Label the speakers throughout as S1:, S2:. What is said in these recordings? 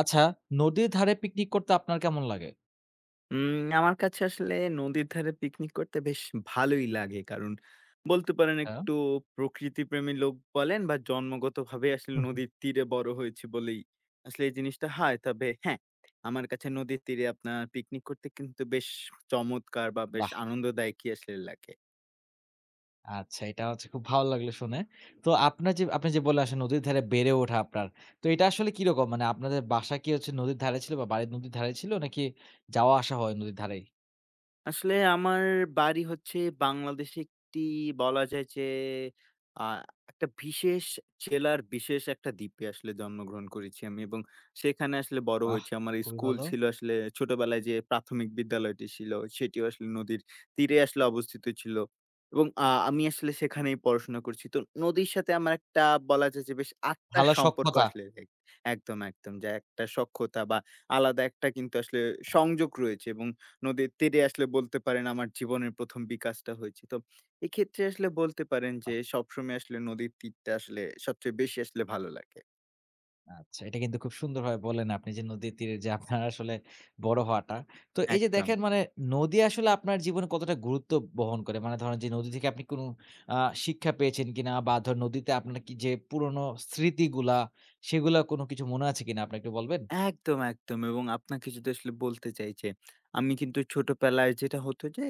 S1: আচ্ছা, নদীর ধারে পিকনিক করতে আপনার কেমন লাগে?
S2: উম আমার কাছে আসলে নদীর ধারে পিকনিক করতে বেশ ভালোই লাগে। কারণ বলতে পারেন,
S1: হ্যাঁ।
S2: একটু প্রকৃতিপ্রেমী লোক বলেন বা জন্মগতভাবে আসলে
S1: হুম, হুম।
S2: নদীর তীরে বড় হয়েছি বলেই আসলে এই জিনিসটা হয়। তবে হ্যাঁ, আমার কাছে নদীর তীরে আপনার পিকনিক করতে কিন্তু বেশ চমৎকার বা বেশ
S1: বাহ!
S2: আনন্দদায়কই আসলে লাগে।
S1: আচ্ছা, এটা হচ্ছে খুব ভালো লাগলো শুনে। তো আপনার যে আপনি যে বললেন আসলে নদীর ধারে বেড়ে ওঠা আপনার। তো এটা আসলে কিরকম? মানে আপনাদের বাসা কি হচ্ছে নদীর ধারে ছিল বা বাড়ি নদীর ধারে ছিল নাকি যাওয়া আসা হয় নদীর ধারেই?
S2: আসলে আমার বাড়ি হচ্ছে বাংলাদেশে একটি, বলা যায় যে আ একটা বিশেষ জেলার বিশেষ একটা দ্বীপে আসলে জন্মগ্রহণ করেছি আমি, এবং সেখানে আসলে বড়
S1: বাহ!
S2: হয়েছি। আমার
S1: খুবই
S2: স্কুল
S1: ভালো।
S2: ছিল আসলে ছোটবেলায়, যে প্রাথমিক বিদ্যালয়টি ছিল, সেটিও আসলে নদীর তীরে আসলে অবস্থিত ছিল এবং আমি আসলে সেখানেই পড়াশোনা করছি। তো নদীর সাথে আমার একটা, বলা যায় যে, বেশ আত্মার
S1: ভালো শখ
S2: সম্পর্ক
S1: কথা।
S2: আসলে একদম, একদম, যে একটা সখ্যতা বা আলাদা একটা কিন্তু আসলে সংযোগ রয়েছে এবং নদীর তীরে আসলে, বলতে পারেন, আমার জীবনের ১ম বিকাশটা হয়েছে। তো এক্ষেত্রে আসলে বলতে পারেন যে, সবসময় আসলে নদীর তীরটা আসলে সবচেয়ে বেশি আসলে ভালো লাগে।
S1: আচ্ছা, এটা কিন্তু খুব সুন্দরভাবে বললেন আপনি যে নদীর তীরে যে আপনার আসলে বড় হওয়াটা। তো এই যে
S2: একদম।
S1: দেখেন মানে নদী আসলে আপনার জীবনে কতটা গুরুত্ব বহন করে? মানে ধরেন যে নদী থেকে আপনি কোনো আ শিক্ষা পেয়েছেন কিনা? বা ধরেন নদীতে আপনার কি যে পুরনো স্মৃতিগুলা সেগুলা কোনো কিছু মনে আছে কিনা? আপনি একটু বলবেন?
S2: একদম, একদম, এবং আপনাকে যদি আসলে বলতে চাই যে, আমি কিন্তু ছোটবেলায় যেটা হতো যে,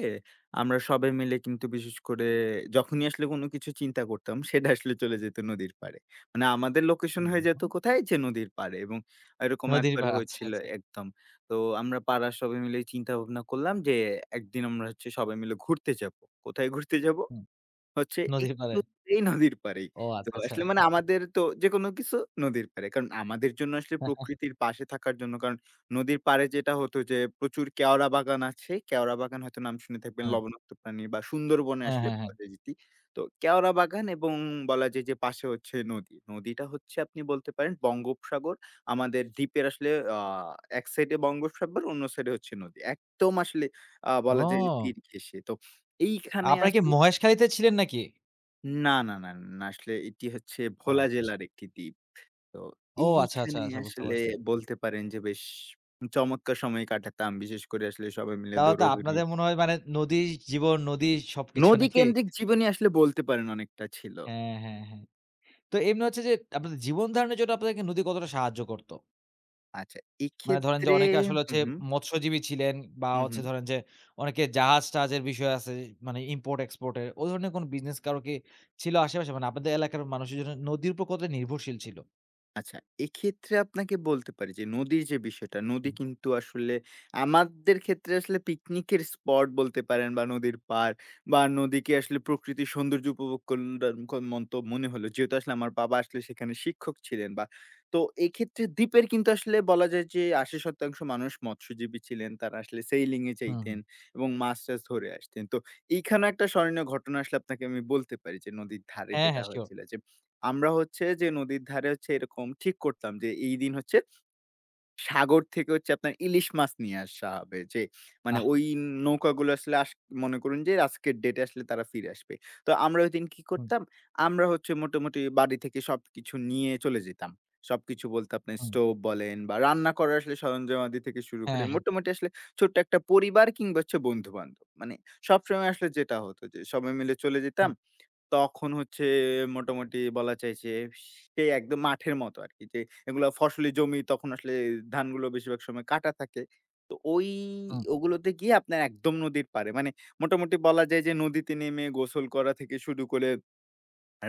S2: আমরা সবাই মিলে কিন্তু, বিশেষ করে যখনই আসলে কোনো কিছু চিন্তা করতাম, সেটা আসলে চলে যেত নদীর পাড়ে। মানে আমাদের লোকেশন
S1: হুম,
S2: হয়ে যেত
S1: হুম।
S2: কোথায়? যে নদীর পাড়ে, এবং এরকম
S1: নদীর
S2: একবার
S1: পাড়ে, আচ্ছা,
S2: হয়েছিল।
S1: আচ্ছা।
S2: একদম। তো আমরা পাড়ার সবাই মিলে চিন্তা ভাবনা করলাম যে, একদিন আমরা হচ্ছে সবাই মিলে ঘুরতে যাবো। কোথায় ঘুরতে যাব?
S1: হুম,
S2: হচ্ছে
S1: নদীর পাড়ে।
S2: একটু এই নদীর পাড়েই।
S1: ও
S2: তো
S1: আচ্ছা, আচ্ছা।
S2: আসলে মানে আমাদের তো যেকোনো কিছু নদীর পাড়ে। কারণ আমাদের জন্য আসলে
S1: হ্যাঁ, হ্যাঁ,
S2: প্রকৃতির পাশে থাকার জন্য, কারণ নদীর পাড়ে যেটা হতো যে, প্রচুর কেওড়া বাগান আছে। কেওড়া বাগান হয়তো নাম শুনে থাকবেন,
S1: হ্যাঁ।
S2: লবণাক্ত প্রাণী বা সুন্দরবনে
S1: হ্যাঁ।
S2: আসলে
S1: হ্যাঁ,
S2: পাওয়া যায় যেটি। তো কেওড়া বাগান, এবং বলা যায় যে পাশে হচ্ছে নদী। নদীটা হচ্ছে, আপনি বলতে পারেন, বঙ্গোপসাগর। আমাদের দ্বীপের আসলে আ এক সাইডে বঙ্গোপসাগর, অন্য সাইডে হচ্ছে নদী। একদম আসলে বলা যায় যে
S1: ও!
S2: তীর ঘেঁষে। তো এইখানে
S1: আপনারা কি
S2: আসলে
S1: মহেশখালীতে ছিলেন নাকি?
S2: না, না, না, না। আসলে এটি হচ্ছে
S1: ও
S2: ভোলা
S1: আচ্ছা, আচ্ছা।
S2: জেলার একটি দ্বীপ। তো
S1: ও আচ্ছা, আচ্ছা,
S2: এইখানে
S1: আচ্ছা, বুঝতে
S2: আসলে
S1: পারছি।
S2: বলতে পারেন যে বেশ চমৎকার সময় কাটাতাম। বিশেষ করে আসলে সবাই মিলে
S1: তাহলে তো
S2: দৌড়াদৌড়ি।
S1: আপনাদের মনে হয় মানে নদীর জীবন, নদীর সবকিছু
S2: নদী
S1: নাকি?
S2: কেন্দ্রিক জীবনই আসলে বলতে পারেন অনেকটা ছিল।
S1: হ্যাঁ, হ্যাঁ, হ্যাঁ। তো এমনি হচ্ছে যে আপনাদের জীবন ধারণের জন্য আপনাদেরকে নদী কতটা সাহায্য করত?
S2: আচ্ছা,
S1: মানে ধরেন যে
S2: এক্ষেত্রে
S1: অনেকে আসলে
S2: হু,
S1: হচ্ছে
S2: হু।
S1: মৎস্যজীবী ছিলেন বা
S2: হু, হু।
S1: হচ্ছে ধরেন যে অনেকে জাহাজ-টাহাজের বিষয় আছে মানে import-export এর। ওই ধরনের কোন বিজনেস কারো কি ছিল আশেপাশে? মানে আপনাদের এলাকার মানুষের জন্য নদীর উপর কতটা নির্ভরশীল ছিল?
S2: আচ্ছা, এক্ষেত্রে আপনাকে বলতে পারি যে, নদীর যে বিষয়টা, নদী
S1: হুম,
S2: কিন্তু আসলে আমাদের ক্ষেত্রে আসলে পিকনিকের স্পট বলতে পারেন, বা নদীর পাড় বা নদীকে আসলে প্রকৃতির সৌন্দর্য উপভোগ কন্ডার ক মন্ত মনে হলো। যেহেতু আসলে আমার বাবা আসলে সেখানে শিক্ষক ছিলেন বা, তো এক্ষেত্রে দ্বীপের কিন্তু আসলে বলা যায় যে, ৮০% মানুষ মৎস্যজীবী ছিলেন। তারা আসলে সেইলিং এ
S1: হুম, হুম।
S2: যাইতেন এবং মাছ-টাছ ধরে আসতেন। তো এইখানেও একটা স্মরণীয় ঘটনা আসলে আপনাকে আমি বলতে পারি যে, নদীর ধারে
S1: হ্যাঁ,
S2: যেটা
S1: হ্যাঁ, সিউর।
S2: হয়েছিল যে, আমরা হচ্ছে যে নদীর ধারে হচ্ছে এরকম ঠিক করতাম যে, এই দিন হচ্ছে সাগর থেকে হচ্ছে আপনার ইলিশ মাছ নিয়ে আসা হবে। যে, মানে
S1: বাহ!
S2: ওই নৌকাগুলো আসলে মনে করুন যে, আজকের ডেটে আসলে তারা ফিরে আসবে। তো আমরা ওইদিন কি
S1: হুম,
S2: করতাম? আমরা হচ্ছে মোটামুটি বাড়ি থেকে সবকিছু নিয়ে চলে যেতাম। সবকিছু বলতে আপনার
S1: হুম।
S2: স্টোভ বলেন, বা রান্না করার আসলে সরঞ্জামাদি থেকে শুরু করে
S1: হ্যাঁ, হ্যাঁ।
S2: মোটামুটি আসলে ছোট্ট একটা পরিবার কিংবা হচ্ছে বন্ধু-বান্ধব। মানে সবসময় আসলে যেটা হতো, যে সবাই মিলে চলে যেতাম।
S1: হুম,
S2: তখন হচ্ছে মোটামুটি বলা যায় যে, সেই একদম মাঠের মতো আরকি, যে এগুলা ফসলি জমি, তখন আসলে ধানগুলো বেশিরভাগ সময় কাটা থাকে। তো ওই
S1: হুম।
S2: ওগুলোতে গিয়ে আপনার একদম নদীর পাড়ে। মানে মোটামুটি বলা যায় যে, নদীতে নেমে গোসল করা থেকে শুরু করে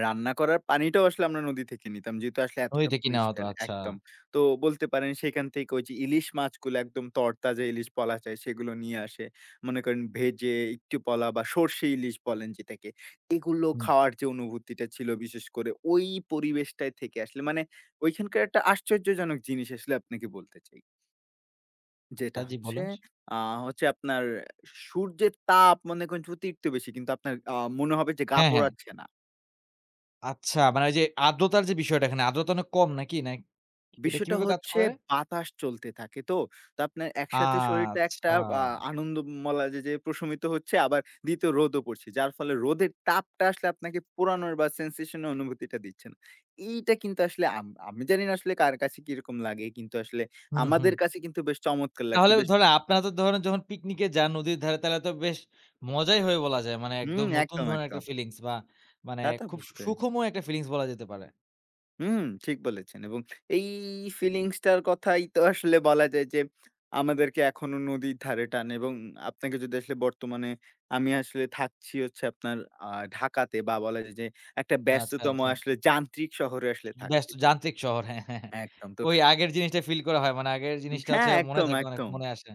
S2: রান্না করার পানিটাও আসলে আমরা নদী থেকে নিতাম। যেহেতু আসলে
S1: নদী
S2: এতটা
S1: থেকে নেওয়া হতো।
S2: পরিষ্কার
S1: আচ্ছা।
S2: একদম। তো বলতে পারেন, সেখান থেকে ওই যে ইলিশ মাছগুলো, একদম তরতাজা ইলিশ বলা যায়, সেগুলো নিয়ে আসে। মনে করেন ভেজে একটু, বলা বা সর্ষে ইলিশ বলেন যেটাকে। এগুলো
S1: হুম।
S2: খাওয়ার যে অনুভূতিটা ছিল, বিশেষ করে ওই পরিবেশটায় থেকে আসলে মানে, ওইখানকার একটা আশ্চর্যজনক জিনিস আসলে আপনাকে বলতে চাই।
S1: আচ্ছা,
S2: যেটা
S1: জি বলুন।
S2: আ হচ্ছে আপনার সূর্যের তাপ মনে করেন অতিরিক্ত বেশি, কিন্তু আপনার মনে হবে যে গা
S1: হ্যাঁ, হ্যাঁ।
S2: পোড়াচ্ছে না।
S1: আচ্ছা, মানে ওই যে আর্দ্রতার যে বিষয়টা, এখানে আর্দ্রতা অনেক কম নাকি? না, এটা
S2: বিষয়টা
S1: কিভাবে কাজ
S2: হচ্ছে,
S1: করে?
S2: বাতাস চলতে থাকে তো। তো আপনার একসাথে শরীরটা একটা
S1: আচ্ছা।
S2: আ আনন্দ, বলা যায় যে প্রশমিত হচ্ছে, আবার দ্বিতীয় রোদও পড়ছে। যার ফলে রোদের তাপটা আসলে আপনাকে পোড়ানোর বা sensation এর অনুভূতিটা দিচ্ছে না। এইটা কিন্তু আসলে আমি জানি না আসলে কার কাছে কিরকম লাগে। কিন্তু আসলে
S1: হুম, হুম।
S2: আমাদের কাছে কিন্তু বেশ চমৎকার লাগতো।
S1: তাহলে
S2: বেশ।
S1: ধরেন আপনারা তো ধরেন যখন পিকনিকে যান নদীর ধারে, তাহলে তো বেশ মজাই হয় বলা যায়। মানে একদম
S2: হুম,
S1: নতুন
S2: একদম,
S1: ধরনের একটা
S2: একদম।
S1: ফিলিংস বা মানে
S2: তা তো
S1: খুব সু
S2: অবশ্যই।
S1: সুখময় একটা ফিলিংস বলা যেতে পারে।
S2: হুম, ঠিক বলেছেন, এবং এই ফিলিংসটার কথাই তো আসলে বলা যায় যে, আমাদেরকে এখনো নদীর ধারে টানে, এবং আপনাকে যদি আসলে বর্তমানে, আমি আসলে থাকছি হচ্ছে আপনার আ ঢাকাতে, বা বলা যায় যে একটা
S1: আচ্ছা,
S2: ব্যস্ততম
S1: আচ্ছা।
S2: আসলে যান্ত্রিক শহরে আসলে
S1: ব্যস্ত
S2: থাকছি তো।
S1: যান্ত্রিক শহর। হ্যাঁ, হ্যাঁ, হ্যাঁ।
S2: একদম, তো
S1: ওই আগের জিনিসটা ফিল করা হয়। মানে আগের জিনিসটা হচ্ছে
S2: হ্যাঁ,
S1: মনে
S2: একদম,
S1: থাকে, অনেক
S2: একদম।
S1: মনে আসে।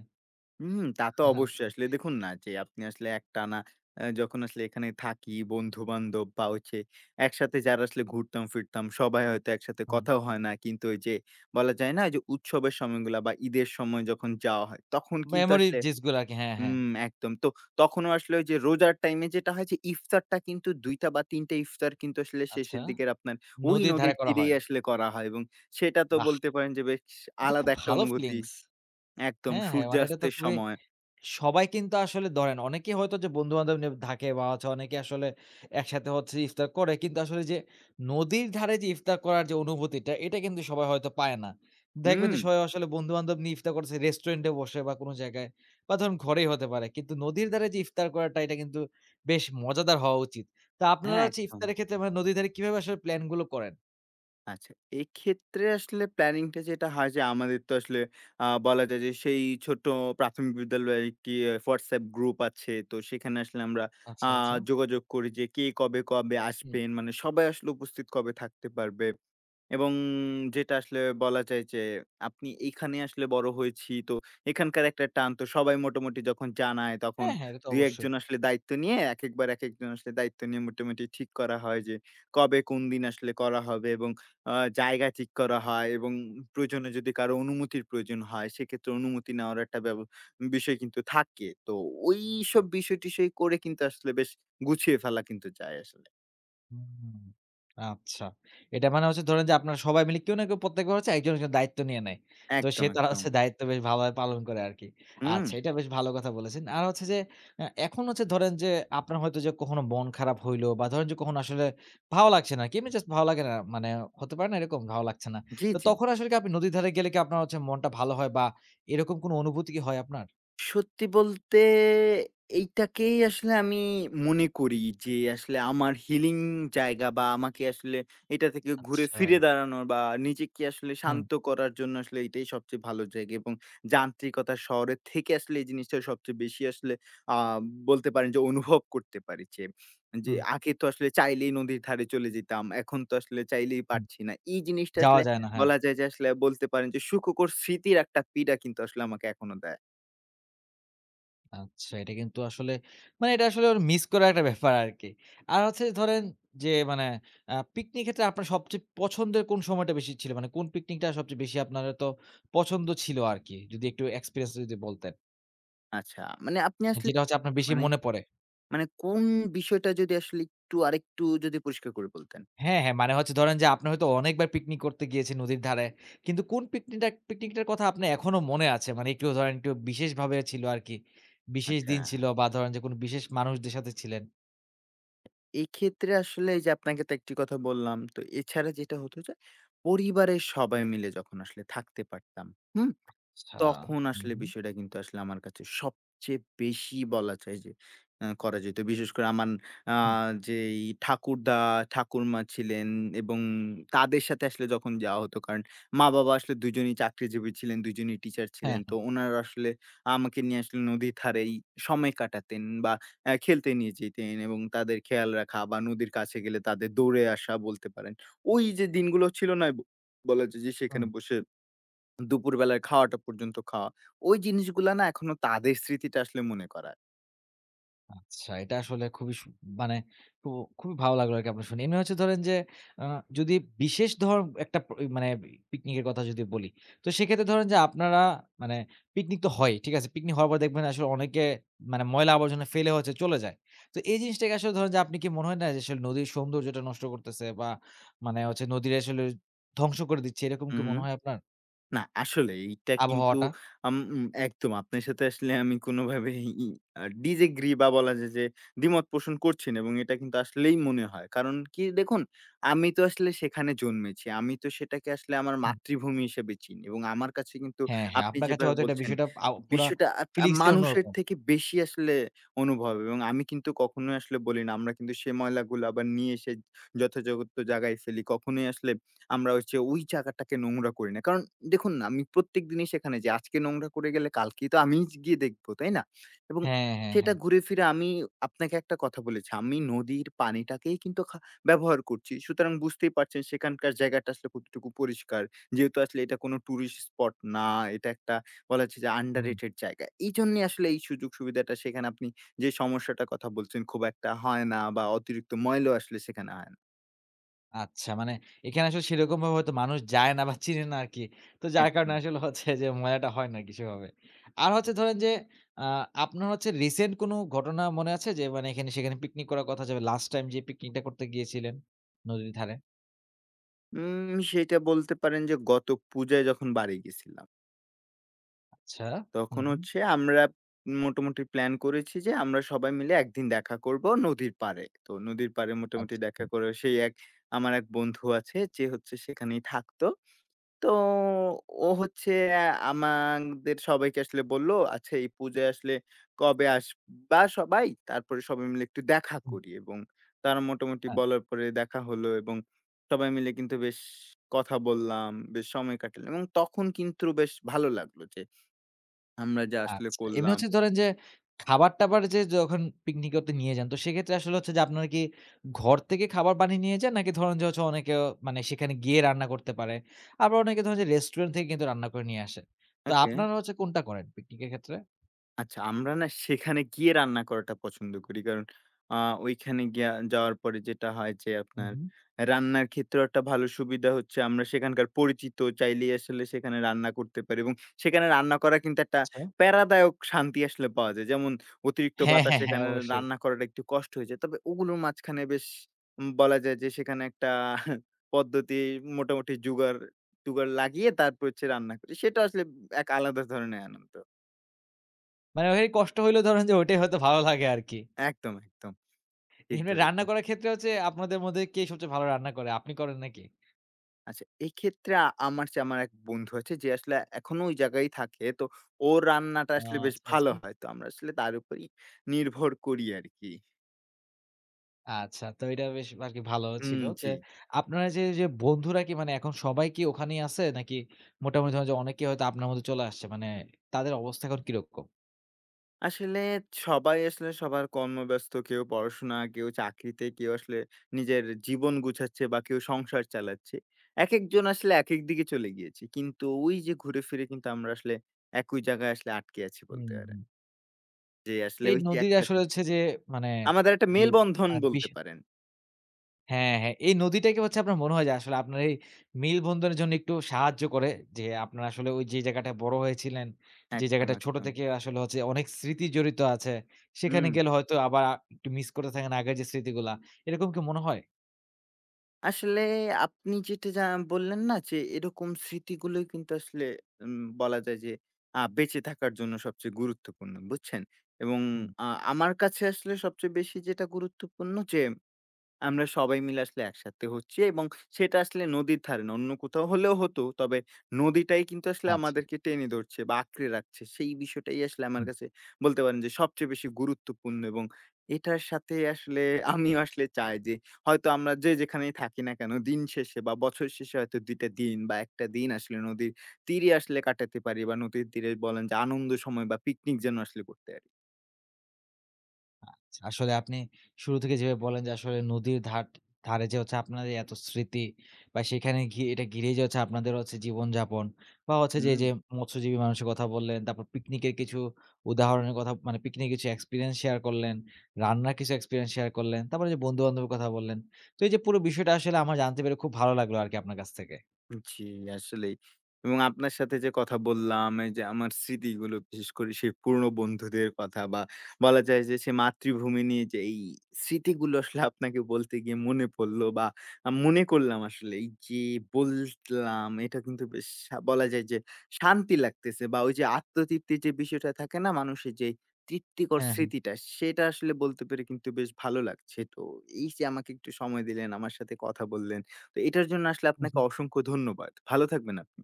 S2: হুম, তা তো
S1: আচ্ছা।
S2: অবশ্যই। আসলে দেখুন না, যে আপনি আসলে একটানা যখন আসলে এখানে থাকি, বন্ধু-বান্ধব বা হচ্ছে একসাথে যারা আসলে ঘুরতাম ফিরতাম, সবাই হয়তো একসাথে
S1: হুম।
S2: কথাও হয় না। কিন্তু ওই যে, বলা যায় না যে উৎসবের সময়গুলা বা ঈদের সময় যখন যাওয়া হয়, তখন কিন্তু
S1: মেমোরি
S2: আসলে
S1: জিসগুলো আরকি। হ্যাঁ, হ্যাঁ।
S2: হুম, একদম। তো তখনও আসলে ওই যে রোজার টাইমে যেটা হয় যে, ইফতারটা কিন্তু ২ টা বা ৩ টা ইফতার কিন্তু আসলে
S1: আচ্ছা।
S2: শেষের দিকের আপনার ওই
S1: নদীর ধারে
S2: নদীর
S1: করা
S2: তীরেই
S1: হয়।
S2: আসলে করা হয়, এবং সেটা তো
S1: বাহ!
S2: বলতে পারেন যে বেশ
S1: এটা তো খুব
S2: আলাদা একটা
S1: ভালো
S2: অনুভূতি।
S1: ফিলিংস।
S2: একদম
S1: হ্যাঁ, হ্যাঁ, মানে এটা তো
S2: সূর্যাস্তের
S1: খুবই
S2: সময়।
S1: সবাই কিন্তু আসলে ধরেন অনেকে হয়তো যে বন্ধু-বান্ধব নিয়ে থাকে বা হচ্ছে অনেকে আসলে একসাথে হচ্ছে ইফতার করে। কিন্তু আসলে যে নদীর ধারে যে ইফতার করার যে অনুভূতিটা, এটা কিন্তু সবাই হয়তো পায় না। দেখবেন
S2: হুম,
S1: যে সবাই আসলে বন্ধু-বান্ধব নিয়ে ইফতার করছে রেস্টুরেন্টে বসে বা কোনো জায়গায় বা ধরুন ঘরেই হতে পারে। কিন্তু নদীর ধারে যে ইফতার করাটা, এটা কিন্তু বেশ মজাদার হওয়া উচিত। তো আপনারা
S2: হ্যাঁ,
S1: হুম। হচ্ছে
S2: একদম।
S1: ইফতারের ক্ষেত্রে মানে নদীর ধারে কিভাবে আসলে প্ল্যান গুলো করেন?
S2: আচ্ছা, এক্ষেত্রে আসলে প্ল্যানিংটা যেটা হয় যে, আমাদের তো আসলে বলা যায় যে সেই ছোট প্রাথমিক বিদ্যালয়ে কি WhatsApp গ্রুপ আছে। তো সেখানে আসলে আমরা আ
S1: আচ্ছা, আচ্ছা।
S2: যোগাযোগ করি, যে কে কবে, কবে
S1: হুম।
S2: আসবেন। মানে সবাই আসলে উপস্থিত কবে থাকতে পারবে। এবং যেটা আসলে বলা যায় যে, আপনি এইখানে আসলে বড় হয়েছি। তো এখানকার একটা টান তো সবাই মোটামুটি যখন জানায় তখন
S1: হ্যাঁ, হ্যাঁ, এটা তো
S2: ২-১
S1: অবশ্যই।
S2: জন আসলে দায়িত্ব নিয়ে, একেকবার একেকজন আসলে দায়িত্ব নিয়ে মোটামুটি ঠিক করা হয় যে, কবে কোন দিন আসলে করা হবে এবং আ জায়গা ঠিক করা হয় এবং প্রয়োজনে যদি কারো অনুমতির প্রয়োজন হয় সেক্ষেত্রে অনুমতি নেওয়ার একটা বিষয় কিন্তু থাকে। তো ওইসব বিষয়-টিষয় করে কিন্তু আসলে বেশ গুছিয়ে ফেলা কিন্তু যায় আসলে।
S1: হুম, আচ্ছা। এটা মানে হচ্ছে ধরেন যে আপনারা সবাই মিলে কেউ না কেউ প্রত্যেক বার হচ্ছে একজন, একজন দায়িত্ব নিয়ে নেয়। তো সে
S2: একদম,
S1: তারা
S2: একদম।
S1: হচ্ছে দায়িত্ব বেশ ভালোভাবে পালন করে আরকি।
S2: হুম।
S1: আচ্ছা, এটা বেশ ভালো কথা বলেছেন। আর হচ্ছে যে এখন হচ্ছে ধরেন যে আপনার হয়তো যে কখনো মন খারাপ হইলো বা ধরেন যে কখনো আসলে ভালো লাগছে না আরকি। এমনি জাস্ট ভালো লাগে না, মানে হতে পারে না এরকম ভালো লাগছে না।
S2: জি,
S1: তো
S2: জি।
S1: তখন আসলে কি আপনি নদীর ধারে গেলে কি আপনার হচ্ছে মনটা ভালো হয় বা এরকম কোনো অনুভূতি কি হয় আপনার?
S2: সত্যি বলতে এইটাকেই আসলে আমি মনে করি যে, আসলে আমার হিলিং জায়গা, বা আমাকে আসলে এটা থেকে ঘুরে
S1: আচ্ছা।
S2: ফিরে দাঁড়ানোর বা নিজেকে আসলে
S1: হুম,
S2: শান্ত করার জন্য আসলে এটাই সবচেয়ে ভালো জায়গা, এবং যান্ত্রিকতা শহরের থেকে আসলে এই জিনিসটা সবচেয়ে বেশি আসলে আহ বলতে পারেন, যে অনুভব করতে পারি যে যে
S1: হুম,
S2: আগে তো আসলে চাইলেই নদীর ধারে চলে যেতাম, এখন তো আসলে চাইলেই
S1: হুম।
S2: পারছি না, এই জিনিসটা
S1: যাওয়া
S2: আসলে
S1: যায় না। হ্যাঁ।
S2: বলা যায় যে, আসলে বলতে পারেন যে, সুখকর স্মৃতির একটা পীড়া কিন্তু আসলে আমাকে এখনো দেয়।
S1: আচ্ছা, এটা কিন্তু আসলে মানে এটা আসলে ওর মিস করার একটা ব্যাপার আরকি। আর হচ্ছে ধরেন যে মানে পিকনিক ক্ষেত্রে আপনার সবচেয়ে পছন্দের কোন সময়টা বেশি ছিল? মানে কোন পিকনিকটা সবচেয়ে বেশি আপনার তো পছন্দ ছিল আরকি? যদি একটু এক্সপেরিয়েন্স যদি বলতেন।
S2: আচ্ছা। মানে আপনি
S1: মানে
S2: আসলে
S1: যেটা হচ্ছে আপনার বেশি
S2: মানে
S1: মনে পড়ে।
S2: মানে কোন বিষয়টা যদি আসলে একটু আরেকটু যদি পরিষ্কার করে বলতেন।
S1: হ্যাঁ, হ্যাঁ। মানে হচ্ছে ধরেন যে আপনি হয়তো অনেকবার পিকনিক করতে গিয়েছেন নদীর ধারে। কিন্তু কোন পিকনিকটার কথা আপনার এখনো মনে আছে? মানে একটু ধরেন একটু বিশেষভাবে ছিল আরকি। বিশেষ
S2: আচ্ছা,
S1: দিন ছিল
S2: হ্যাঁ।
S1: বা ধরেন যে কোন বিশেষ মানুষদের সাথে ছিলেন।
S2: এক্ষেত্রে আসলে এই যে আপনাকে তো একটি কথা বললাম। তো এছাড়া যেটা হতো যে, পরিবারের সবাই মিলে যখন আসলে থাকতে পারতাম। হুম?
S1: আচ্ছা।
S2: তখন
S1: হুম,
S2: আসলে
S1: হুম।
S2: বিষয়টা কিন্তু আসলে আমার কাছে সবচেয়ে বেশি, বলা যায় যে করা যেত। বিশেষ করে আমার আ
S1: হুম।
S2: যেই ঠাকুরদা, ঠাকুরমা ছিলেন, এবং তাদের সাথে আসলে যখন যাওয়া হতো, কারণ মা-বাবা আসলে দুজনেই চাকরিজীবী ছিলেন, দুজনেই টিচার
S1: হ্যাঁ,
S2: ছিলেন। তো
S1: হ্যাঁ।
S2: উনারা আসলে আমাকে নিয়ে আসলে নদীর ধারেই সময় কাটাতেন, বা খেলতে নিয়ে যেতেন, এবং তাদের খেয়াল রাখা বা নদীর কাছে গেলে তাদের দৌড়ে আসা বলতে পারেন। ওই যে দিনগুলো ছিল না? বলা যায় যে,
S1: হুম।
S2: সেখানে বসে দুপুরবেলার খাওয়াটা পর্যন্ত খাওয়া। ওই জিনিসগুলা না, এখনো তাদের স্মৃতিটা আসলে মনে করায়।
S1: আচ্ছা, এটা আসলে খুবই সু মানে খু খুবই ভালো লাগলো আরকি আপনার শুনে। এমনি হচ্ছে ধরেন যে আ যদি বিশেষ ধর একটা প মানে পিকনিকের কথা যদি বলি, তো সেক্ষেত্রে ধরেন যে আপনারা মানে পিকনিক তো হয়, ঠিক আছে? পিকনিক হওয়ার পর দেখবেন আসলে অনেকে মানে ময়লা আবর্জনা ফেলে হচ্ছে চলে যায়। তো এই জিনিসটাকে আসলে ধরেন যে আপনি কি মনে হয় না যে আসলে নদীর সৌন্দর্যটা নষ্ট করতেছে বা মানে হচ্ছে নদীর আসলে ধ্বংস করে দিচ্ছে এরকম কি
S2: হুম,
S1: মনে
S2: হুম।
S1: হয় আপনার
S2: না, আসলে এইটা কিন্তু
S1: আবহাওয়াটা?
S2: আম উম একদম আপনার সাথে আসলে আমি কোনোভাবেই ডিসএগ্রি বা বলা যায় যে দ্বিমত পোষণ করছি না, এবং এটা কিন্তু আসলেই মনে হয়। কারণ কি দেখুন, আমি তো আসলে সেখানে জন্মেছি। আমি তো সেটাকে আসলে আমার
S1: হুম।
S2: মাতৃভূমি হিসেবে চিনি, এবং আমার কাছে কিন্তু,
S1: হ্যাঁ, হ্যাঁ,
S2: আপনি
S1: আপনার কাছে
S2: যেভাবে
S1: হয়তো এটা
S2: বলছেন,
S1: বিষয়টা পুরা
S2: বিষয়টা আত আ
S1: ফিলিংসটাই
S2: মানুষের
S1: অন্যরকম।
S2: থেকে বেশি আসলে অনুভব, এবং আমি কিন্তু কখনোই আসলে বলি না, আমরা কিন্তু সে ময়লাগুলো আবার নিয়ে এসে যথাযথ জায়গায় ফেলি। কখনোই আসলে আমরা হচ্ছে ওই জায়গাটাকে নোংরা করি না। কারণ দেখুন না, আমি প্রত্যেকদিনই সেখানে যাই। আজকে নোংরা করে গেলে, কালকেই তো আমিই গিয়ে দেখব, তাই না? এবং
S1: হ্যাঁ, হ্যাঁ,
S2: সেটা
S1: হ্যাঁ।
S2: ঘুরে ফিরে, আমি আপনাকে একটা কথা বলেছি। আমি নদীর পানিটাকেই কিন্তু ব্যবহার করছি। সুতরাং বুঝতেই পারছেন, সেখানকার জায়গাটা আসলে কতটুকু পরিষ্কার। যেহেতু আসলে এটা কোনো টুরিস্ট স্পট না, এটা একটা, বলা হচ্ছে যে,
S1: হুম।
S2: আন্ডাররেটেড জায়গা। এইজন্যে আসলে এই সুযোগ সুবিধাটা সেখানে আপনি যে সমস্যাটার কথা বলছেন, খুব একটা হয় না, বা অতিরিক্ত ময়লাও আসলে সেখানে হয় না।
S1: আচ্ছা, মানে এখানে আসলে সেরকমভাবে হয়তো মানুষ যায় না বা চিনে না আরকি। তো যার কারণে
S2: একদম।
S1: আসলে হচ্ছে যে মজাটা হয় না আরকি সেভাবে। আর হচ্ছে ধরেন যে আ আপনার হচ্ছে রিসেন্ট কোনো ঘটনা মনে আছে যে মানে এখানে সেখানে পিকনিক করার কথা, যে লাস্ট টাইম যে পিকনিকটা করতে গিয়েছিলেন নদীর ধারে?
S2: সেটা বলতে পারেন যে, গত পূজায় যখন বাড়ি গেছিলাম,
S1: আচ্ছা। হু,
S2: তখন
S1: হু।
S2: হচ্ছে আমরা মোটামুটি প্ল্যান করেছি যে, আমরা সবাই মিলে একদিন দেখা করব নদীর পাড়ে। তো নদীর পাড়ে মোটামুটি
S1: আচ্ছা। হু,
S2: দেখা করে, সেই এক আমার এক বন্ধু আছে, যে হচ্ছে সেখানেই থাকতো। তো ও হচ্ছে আমাদের সবাইকে আসলে বলল, "আচ্ছা, এই পূজায় আসলে কবে আসবা সবাই? তারপরে সবাই মিলে একটু দেখা
S1: হু।
S2: করি", এবং তারা মোটামুটি
S1: হ্যাঁ।
S2: বলার পরে দেখা হলো, এবং সবাই মিলে কিন্তু বেশ কথা বললাম, বেশ সময় কাটালাম, এবং তখন কিন্তু বেশ ভালো লাগলো যে আমরা যা আসলে
S1: আচ্ছা। এমনি
S2: করলাম।
S1: হচ্ছে ধরেন যে, খাবার-টাবার যে যখন পিকনিক করতে নিয়ে যান, তো সেক্ষেত্রে আসলে হচ্ছে যে আপনারা কি ঘর থেকে খাবার বানিয়ে নিয়ে যান? নাকি ধরেন যে হচ্ছে অনেকে মানে সেখানে গিয়ে রান্না করতে পারে। আবার অনেকে ধরেন যে রেস্টুরেন্ট থেকে কিন্তু রান্না করে নিয়ে আসে। তো
S2: ওকে।
S1: আপনারা হচ্ছে কোনটা করেন পিকনিকের ক্ষেত্রে?
S2: আচ্ছা, আমরা না সেখানে গিয়ে রান্না করাটা পছন্দ করি। কারণ আ ওইখানে গিয়া যাওয়ার পরে যেটা হয় যে,
S1: হু,
S2: আপনার
S1: হু।
S2: রান্নার ক্ষেত্রেও একটা ভালো সুবিধা হচ্ছে, আমরা সেখানকার পরিচিত, চাইলেই আসলে সেখানে রান্না করতে পারি, এবং সেখানে রান্না করা কিন্তু একটা
S1: আচ্ছা।
S2: প্যারাদায়ক শান্তি আসলে পাওয়া যায়। যেমন অতিরিক্ত
S1: হ্যাঁ, হ্যাঁ,
S2: বাতাসে
S1: হ্যাঁ,
S2: এখানে
S1: অবশ্যই।
S2: রান্না করাটা একটু কষ্ট হয়ে যায়। তবে ওগুলোর মাঝখানে বেশ বলা যায় যে সেখানে একটা পদ্ধতি মোটামুটি জোগাড়-টোগাড় লাগিয়ে তারপর হচ্ছে রান্না করি। সেটা আসলে এক আলাদা ধরনের আনন্দ।
S1: মানে ওই কষ্ট হইলেও ধরেন যে ওইটাই হয়তো ভালো লাগে আরকি।
S2: একদম, একদম। ঠিক
S1: এমনি রান্না
S2: ধরেছেন।
S1: করার ক্ষেত্রে হচ্ছে আপনাদের মধ্যে কে সবচেয়ে ভালো রান্না করে? আপনি করেন নাকি?
S2: আচ্ছা, এক্ষেত্রে আমার চেয়ে আমার এক বন্ধু আছে, যে আসলে এখনো ওই জায়গায় থাকে। তো ওর রান্নাটা
S1: ও
S2: আসলে বেশ
S1: আচ্ছা,
S2: ভালো
S1: আচ্ছা।
S2: হয়। তো আমরা আসলে তার উপরেই নির্ভর করি আরকি।
S1: আচ্ছা, তো এটা বেশ আরকি ভালো
S2: হুম,
S1: ছিল যে,
S2: জি।
S1: আপনারা যে বন্ধুরা কি মানে এখন সবাই কি ওখানেই আছে? নাকি মোটামুটি ধরেন যে অনেকেই হয়তো আপনার মধ্যে চলে আসছে? মানে তাদের অবস্থা এখন কিরকম?
S2: আসলে সবাই আসলে সবার কর্মব্যস্ত, কেউ পড়াশোনা, কেউ চাকরিতে, কেউ আসলে নিজের জীবন গুছাচ্ছে, বা কেউ সংসার চালাচ্ছে। একেকজন আসলে একেক দিকে চলে গিয়েছে। কিন্তু ওই যে ঘুরে ফিরে কিন্তু আমরা আসলে একই জায়গায় আসলে আটকে আছি বলতে
S1: হুম,
S2: পারেন।
S1: হুম।
S2: যে আসলে
S1: এই
S2: ওই যে
S1: নদীর
S2: একসাথে
S1: আসলে হচ্ছে যে মানে
S2: আমাদের একটা
S1: যে
S2: মেলবন্ধন
S1: আ বিশ
S2: বলতে পারেন।
S1: হ্যাঁ, হ্যাঁ। এই নদীটাকে হচ্ছে আপনার মনে হয় যে আসলে আপনার এই মেলবন্ধনের জন্য একটু সাহায্য করে, যে আপনারা আসলে ওই যে জায়গাটায় বড় হয়েছিলেন, যে
S2: একদম,
S1: জায়গাটা ছোট
S2: একদম।
S1: থেকে আসলে হচ্ছে অনেক স্মৃতি জড়িত আছে। সেখানে
S2: হুম,
S1: গেলে হয়তো আবার একটু মিস করতে থাকেন আগের যে স্মৃতিগুলা। এরকম কি মনে হয়?
S2: আসলে আপনি যেটা যা বললেন না, যে এরকম স্মৃতিগুলোই কিন্তু আসলে বলা যায় যে বেঁচে থাকার জন্য সবচেয়ে গুরুত্বপূর্ণ, বুঝছেন? এবং আ আমার কাছে আসলে সবচেয়ে বেশি যেটা গুরুত্বপূর্ণ, যে আমরা সবাই মিলে আসলে একসাথে হচ্ছি, এবং সেটা আসলে নদীর ধারে না, অন্য কোথাও হলেও হতো। তবে নদীটাই কিন্তু আসলে
S1: আচ্ছা,
S2: আমাদেরকে টেনে ধরছে বা আঁকড়ে রাখছে। সেই বিষয়টাই আসলে আমার
S1: হুম,
S2: কাছে বলতে পারেন যে সবচেয়ে বেশি গুরুত্বপূর্ণ, এবং এটার সাথে আসলে আমিও আসলে চাই যে, হয়তো আমরা যে যেখানেই থাকি না কেন, দিন শেষে বা বছর শেষে হয়তো ২ টা দিন বা ১ টা দিন আসলে নদীর তীরে আসলে কাটাতে পারি, বা নদীর তীরে বলেন, যে আনন্দ সময় বা পিকনিক যেন আসলে করতে পারি।
S1: আচ্ছা। আসলে আপনি শুরু থেকে যেভাবে বললেন যে আসলে নদীর ধারে যে হচ্ছে আপনাদের এত স্মৃতি বা সেখানে গিয়ে এটা ঘিরেই যে হচ্ছে আপনাদের হচ্ছে জীবনযাপন বা হচ্ছে যে,
S2: হুম।
S1: যে মৎস্যজীবী মানুষের কথা বললেন, তারপর পিকনিকের কিছু উদাহরণের কথা, মানে পিকনিকের কিছু এক্সপেরিয়েন্স শেয়ার করলেন, রান্নার কিছু এক্সপেরিয়েন্স শেয়ার করলেন, তারপরে যে বন্ধু-বান্ধবের কথা বললেন। তো এই যে পুরো বিষয়টা আসলে আমার জানতে পেরে খুব ভালো লাগলো আরকি আপনার কাছ থেকে।
S2: জি, আসলেই। এবং আপনার সাথে যে কথা বললাম, এই যে আমার স্মৃতিগুলো, বিশেষ করে সেই পুরনো বন্ধুদের কথা, বা বলা যায় যে সে মাতৃভূমি নিয়ে যে এই স্মৃতিগুলো আসলে আপনাকে বলতে গিয়ে মনে পড়লো, বা মনে করলাম আসলে, এই যে বললাম, এটা কিন্তু বেশ বলা যায় যে শান্তি লাগতেছে, বা ওই যে আত্মতৃপ্তির যে বিষয়টা থাকে না মানুষের, যে তৃপ্তিকর
S1: হ্যাঁ,
S2: স্মৃতিটা সেটা আসলে বলতে পেরে কিন্তু বেশ ভালো লাগছে। তো এই যে আমাকে একটু সময় দিলেন, আমার সাথে কথা বললেন। তো এটার জন্য আসলে আপনাকে
S1: হ্যাঁ।
S2: অসংখ্য ধন্যবাদ। ভালো থাকবেন আপনি।